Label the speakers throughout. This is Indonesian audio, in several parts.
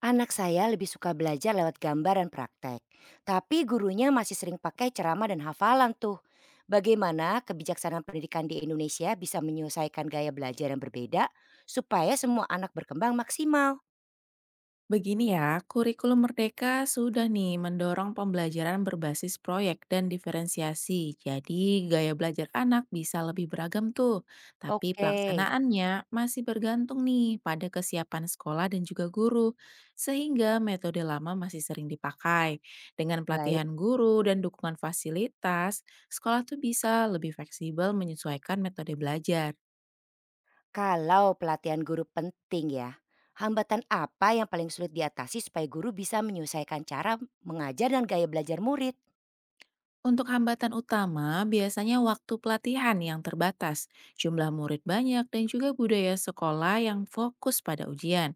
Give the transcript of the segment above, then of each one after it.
Speaker 1: Anak saya lebih suka belajar lewat gambar dan praktek. Tapi gurunya masih sering pakai ceramah dan hafalan tuh. Bagaimana kebijaksanaan pendidikan di Indonesia bisa menyelesaikan gaya belajar yang berbeda supaya semua anak berkembang maksimal?
Speaker 2: Begini ya, kurikulum Merdeka sudah nih mendorong pembelajaran berbasis proyek dan diferensiasi. Jadi gaya belajar anak bisa lebih beragam tuh. Tapi
Speaker 1: Oke,
Speaker 2: pelaksanaannya masih bergantung nih pada kesiapan sekolah dan juga guru. Sehingga metode lama masih sering dipakai. Dengan
Speaker 1: baik.
Speaker 2: pelatihan guru dan dukungan fasilitas, sekolah tuh bisa lebih fleksibel menyesuaikan metode belajar.
Speaker 1: Kalau pelatihan guru penting ya, hambatan apa yang paling sulit diatasi supaya guru bisa menyelesaikan cara mengajar dan gaya belajar murid?
Speaker 2: Untuk hambatan utama, biasanya waktu pelatihan yang terbatas, jumlah murid banyak, dan juga budaya sekolah yang fokus pada ujian.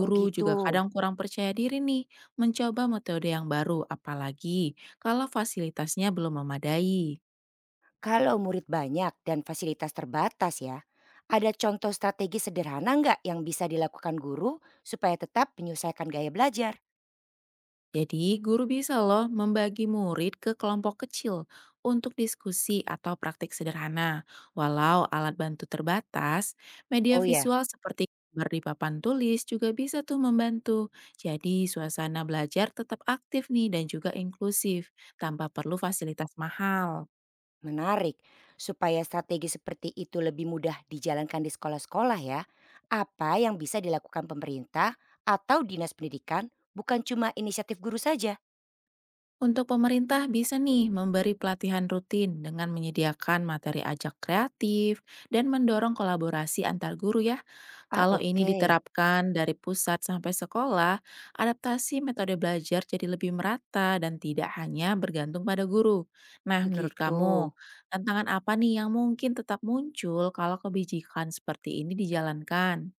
Speaker 1: Oh gitu.
Speaker 2: juga kadang kurang percaya diri nih mencoba metode yang baru, apalagi kalau fasilitasnya belum memadai.
Speaker 1: Kalau murid banyak dan fasilitas terbatas ya, ada contoh strategi sederhana nggak yang bisa dilakukan guru supaya tetap menyesuaikan gaya belajar?
Speaker 2: Jadi, guru bisa loh membagi murid ke kelompok kecil untuk diskusi atau praktik sederhana. Walau alat bantu terbatas, media
Speaker 1: Oh ya,
Speaker 2: visual seperti gambar di papan tulis juga bisa tuh membantu. Jadi, suasana belajar tetap aktif nih dan juga inklusif tanpa perlu fasilitas mahal.
Speaker 1: menarik. Supaya strategi seperti itu lebih mudah dijalankan di sekolah-sekolah ya, apa yang bisa dilakukan pemerintah atau dinas pendidikan bukan cuma inisiatif guru saja?
Speaker 2: Untuk pemerintah bisa nih memberi pelatihan rutin dengan menyediakan materi ajak kreatif dan mendorong kolaborasi antar guru ya.
Speaker 1: Ah
Speaker 2: Kalau ini
Speaker 1: oke,
Speaker 2: diterapkan dari pusat sampai sekolah, adaptasi metode belajar jadi lebih merata dan tidak hanya bergantung pada guru. Nah, menurut
Speaker 1: begitu.
Speaker 2: kamu, tantangan apa nih yang mungkin tetap muncul kalau kebijakan seperti ini dijalankan?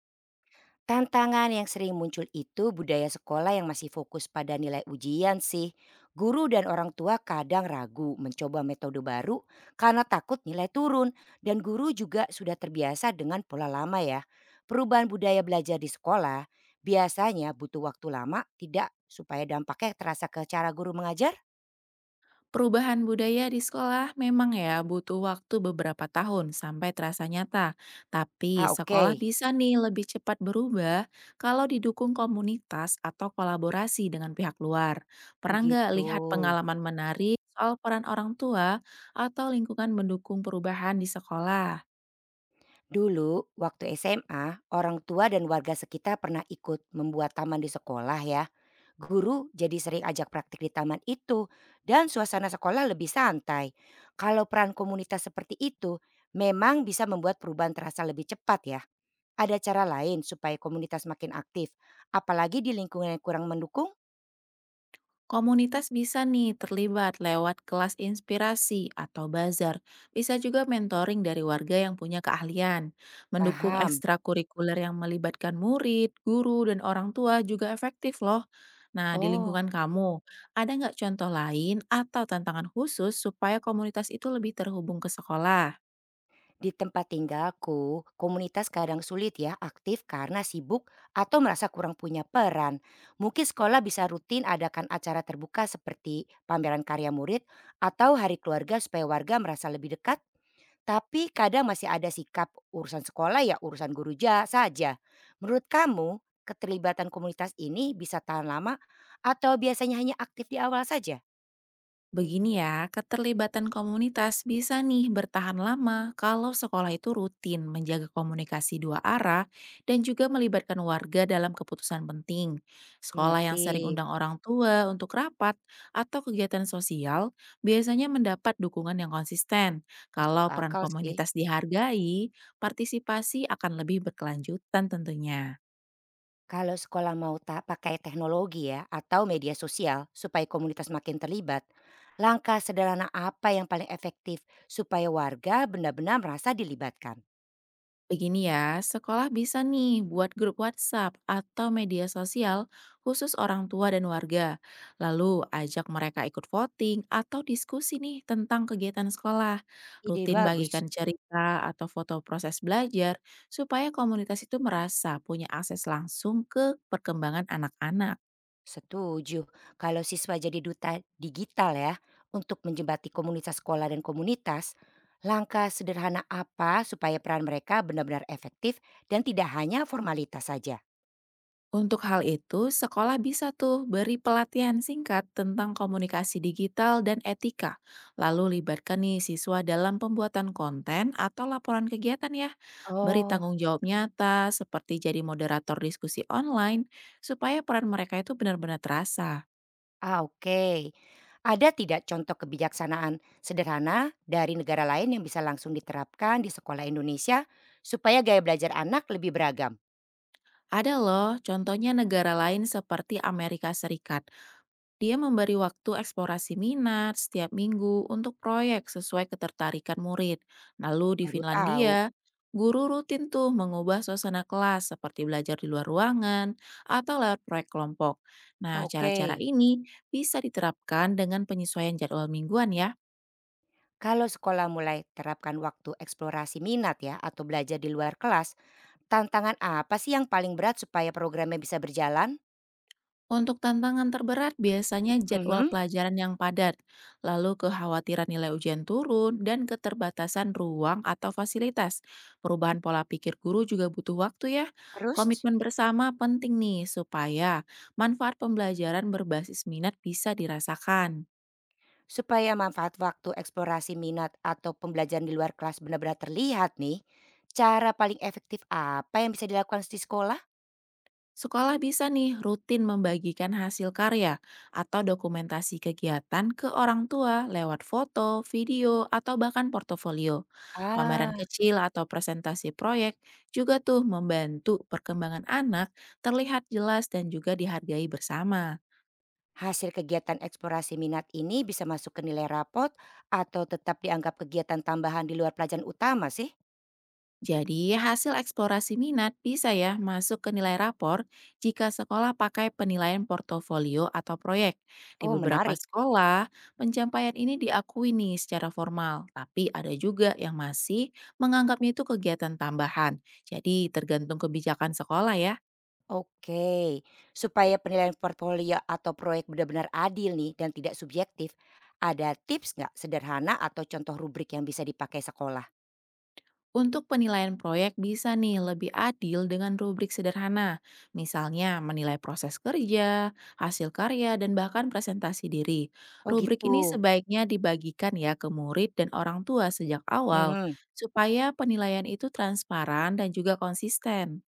Speaker 1: Tantangan yang sering muncul itu budaya sekolah yang masih fokus pada nilai ujian sih. Guru dan orang tua kadang ragu mencoba metode baru karena takut nilai turun dan guru juga sudah terbiasa dengan pola lama ya. Perubahan budaya belajar di sekolah biasanya butuh waktu lama tidak supaya dampaknya terasa ke cara guru mengajar?
Speaker 2: Perubahan budaya di sekolah memang ya butuh waktu beberapa tahun sampai terasa nyata. Tapi
Speaker 1: Ah
Speaker 2: sekolah
Speaker 1: oke,
Speaker 2: bisa nih lebih cepat berubah kalau didukung komunitas atau kolaborasi dengan pihak luar. Pernah nggak
Speaker 1: begitu.
Speaker 2: lihat pengalaman menarik soal peran orang tua atau lingkungan mendukung perubahan di sekolah?
Speaker 1: Dulu waktu SMA, orang tua dan warga sekitar pernah ikut membuat taman di sekolah ya. Guru jadi sering ajak praktik di taman itu dan suasana sekolah lebih santai. Kalau peran komunitas seperti itu memang bisa membuat perubahan terasa lebih cepat ya. Ada cara lain supaya komunitas makin aktif, apalagi di lingkungan yang kurang mendukung?
Speaker 2: Komunitas bisa nih terlibat lewat kelas inspirasi atau bazar. Bisa juga mentoring dari warga yang punya keahlian. Mendukung
Speaker 1: Paham.
Speaker 2: ekstrakurikuler yang melibatkan murid, guru, dan orang tua juga efektif loh. Nah, di
Speaker 1: Oh,
Speaker 2: lingkungan kamu, ada nggak contoh lain atau tantangan khusus supaya komunitas itu lebih terhubung ke sekolah?
Speaker 1: di tempat tinggalku, komunitas kadang sulit ya aktif karena sibuk atau merasa kurang punya peran. Mungkin sekolah bisa rutin adakan acara terbuka seperti pameran karya murid atau hari keluarga supaya warga merasa lebih dekat. Tapi kadang masih ada sikap urusan sekolah ya urusan guru ja saja. Menurut kamu, keterlibatan komunitas ini bisa tahan lama atau biasanya hanya aktif di awal saja?
Speaker 2: Begini ya, keterlibatan komunitas bisa nih bertahan lama kalau sekolah itu rutin menjaga komunikasi dua arah dan juga melibatkan warga dalam keputusan penting. Sekolah yang
Speaker 1: Mengerti,
Speaker 2: sering undang orang tua untuk rapat atau kegiatan sosial biasanya mendapat dukungan yang konsisten.
Speaker 1: masuk
Speaker 2: Kalau peran
Speaker 1: akal sih.
Speaker 2: komunitas dihargai, partisipasi akan lebih berkelanjutan tentunya.
Speaker 1: Kalau sekolah mau tak pakai teknologi ya atau media sosial supaya komunitas makin terlibat, langkah sederhana apa yang paling efektif supaya warga benar-benar merasa dilibatkan?
Speaker 2: Begini ya, sekolah bisa nih buat grup WhatsApp atau media sosial khusus orang tua dan warga. Lalu ajak mereka ikut voting atau diskusi nih tentang kegiatan sekolah.
Speaker 1: Ide
Speaker 2: Rutin
Speaker 1: bagus,
Speaker 2: bagikan cerita atau foto proses belajar supaya komunitas itu merasa punya akses langsung ke perkembangan anak-anak.
Speaker 1: setuju. Kalau siswa jadi duta digital ya untuk menjembati komunitas sekolah dan komunitas, langkah sederhana apa supaya peran mereka benar-benar efektif dan tidak hanya formalitas saja?
Speaker 2: Untuk hal itu, sekolah bisa tuh beri pelatihan singkat tentang komunikasi digital dan etika. Lalu libatkan nih siswa dalam pembuatan konten atau laporan kegiatan ya. Beri
Speaker 1: Oh.
Speaker 2: tanggung jawab nyata seperti jadi moderator diskusi online supaya peran mereka itu benar-benar terasa.
Speaker 1: Ah, oke. Ada tidak contoh kebijaksanaan sederhana dari negara lain yang bisa langsung diterapkan di sekolah Indonesia supaya gaya belajar anak lebih beragam?
Speaker 2: Ada loh contohnya negara lain seperti Amerika Serikat. Dia memberi waktu eksplorasi minat setiap minggu untuk proyek sesuai ketertarikan murid. Lalu di
Speaker 1: Baru tahu.
Speaker 2: Finlandia, guru rutin tuh mengubah suasana kelas seperti belajar di luar ruangan atau lewat proyek kelompok. Nah,
Speaker 1: Oke.
Speaker 2: cara-cara ini bisa diterapkan dengan penyesuaian jadwal mingguan ya.
Speaker 1: Kalau sekolah mulai terapkan waktu eksplorasi minat ya atau belajar di luar kelas, tantangan apa sih yang paling berat supaya programnya bisa berjalan?
Speaker 2: Untuk tantangan terberat biasanya jadwal
Speaker 1: Mhm.
Speaker 2: pelajaran yang padat, lalu kekhawatiran nilai ujian turun, dan keterbatasan ruang atau fasilitas. Perubahan pola pikir guru juga butuh waktu ya.
Speaker 1: Terus?
Speaker 2: Komitmen bersama penting nih supaya manfaat pembelajaran berbasis minat bisa dirasakan.
Speaker 1: Supaya manfaat waktu eksplorasi minat atau pembelajaran di luar kelas benar-benar terlihat nih, cara paling efektif apa yang bisa dilakukan di sekolah?
Speaker 2: Sekolah bisa nih rutin membagikan hasil karya atau dokumentasi kegiatan ke orang tua lewat foto, video, atau bahkan portofolio.
Speaker 1: Ah,
Speaker 2: Pameran kecil atau presentasi proyek juga tuh membantu perkembangan anak terlihat jelas dan juga dihargai bersama.
Speaker 1: hasil kegiatan eksplorasi minat ini bisa masuk ke nilai rapot atau tetap dianggap kegiatan tambahan di luar pelajaran utama sih?
Speaker 2: Jadi, hasil eksplorasi minat bisa ya masuk ke nilai rapor jika sekolah pakai penilaian portofolio atau proyek. Di
Speaker 1: Oh,
Speaker 2: beberapa
Speaker 1: menarik.
Speaker 2: sekolah, pencapaian ini diakui nih secara formal, tapi ada juga yang masih menganggapnya itu kegiatan tambahan. Jadi, tergantung kebijakan sekolah ya.
Speaker 1: Oke, supaya penilaian portfolio atau proyek benar-benar adil nih dan tidak subjektif, ada tips nggak sederhana atau contoh rubrik yang bisa dipakai sekolah?
Speaker 2: Untuk penilaian proyek bisa nih lebih adil dengan rubrik sederhana, misalnya menilai proses kerja, hasil karya, dan bahkan presentasi diri.
Speaker 1: Oh
Speaker 2: Rubrik ini
Speaker 1: gitu.
Speaker 2: sebaiknya dibagikan ya ke murid dan orang tua sejak awal,
Speaker 1: Mhm.
Speaker 2: supaya penilaian itu transparan dan juga konsisten.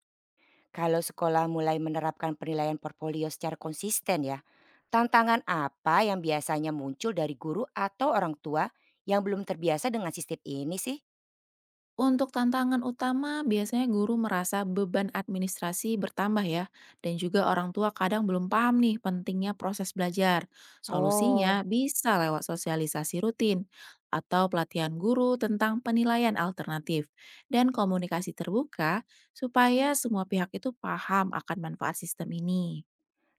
Speaker 1: Kalau sekolah mulai menerapkan penilaian portfolio secara konsisten ya, tantangan apa yang biasanya muncul dari guru atau orang tua yang belum terbiasa dengan sistem ini sih?
Speaker 2: Untuk tantangan utama, biasanya guru merasa beban administrasi bertambah ya, dan juga orang tua kadang belum paham nih pentingnya proses belajar. Solusinya
Speaker 1: Oh,
Speaker 2: bisa lewat sosialisasi rutin atau pelatihan guru tentang penilaian alternatif dan komunikasi terbuka supaya semua pihak itu paham akan manfaat sistem ini.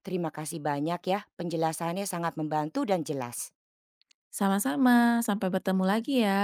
Speaker 1: terima kasih banyak ya. Penjelasannya sangat membantu dan jelas.
Speaker 2: Sama-sama, sampai bertemu lagi ya.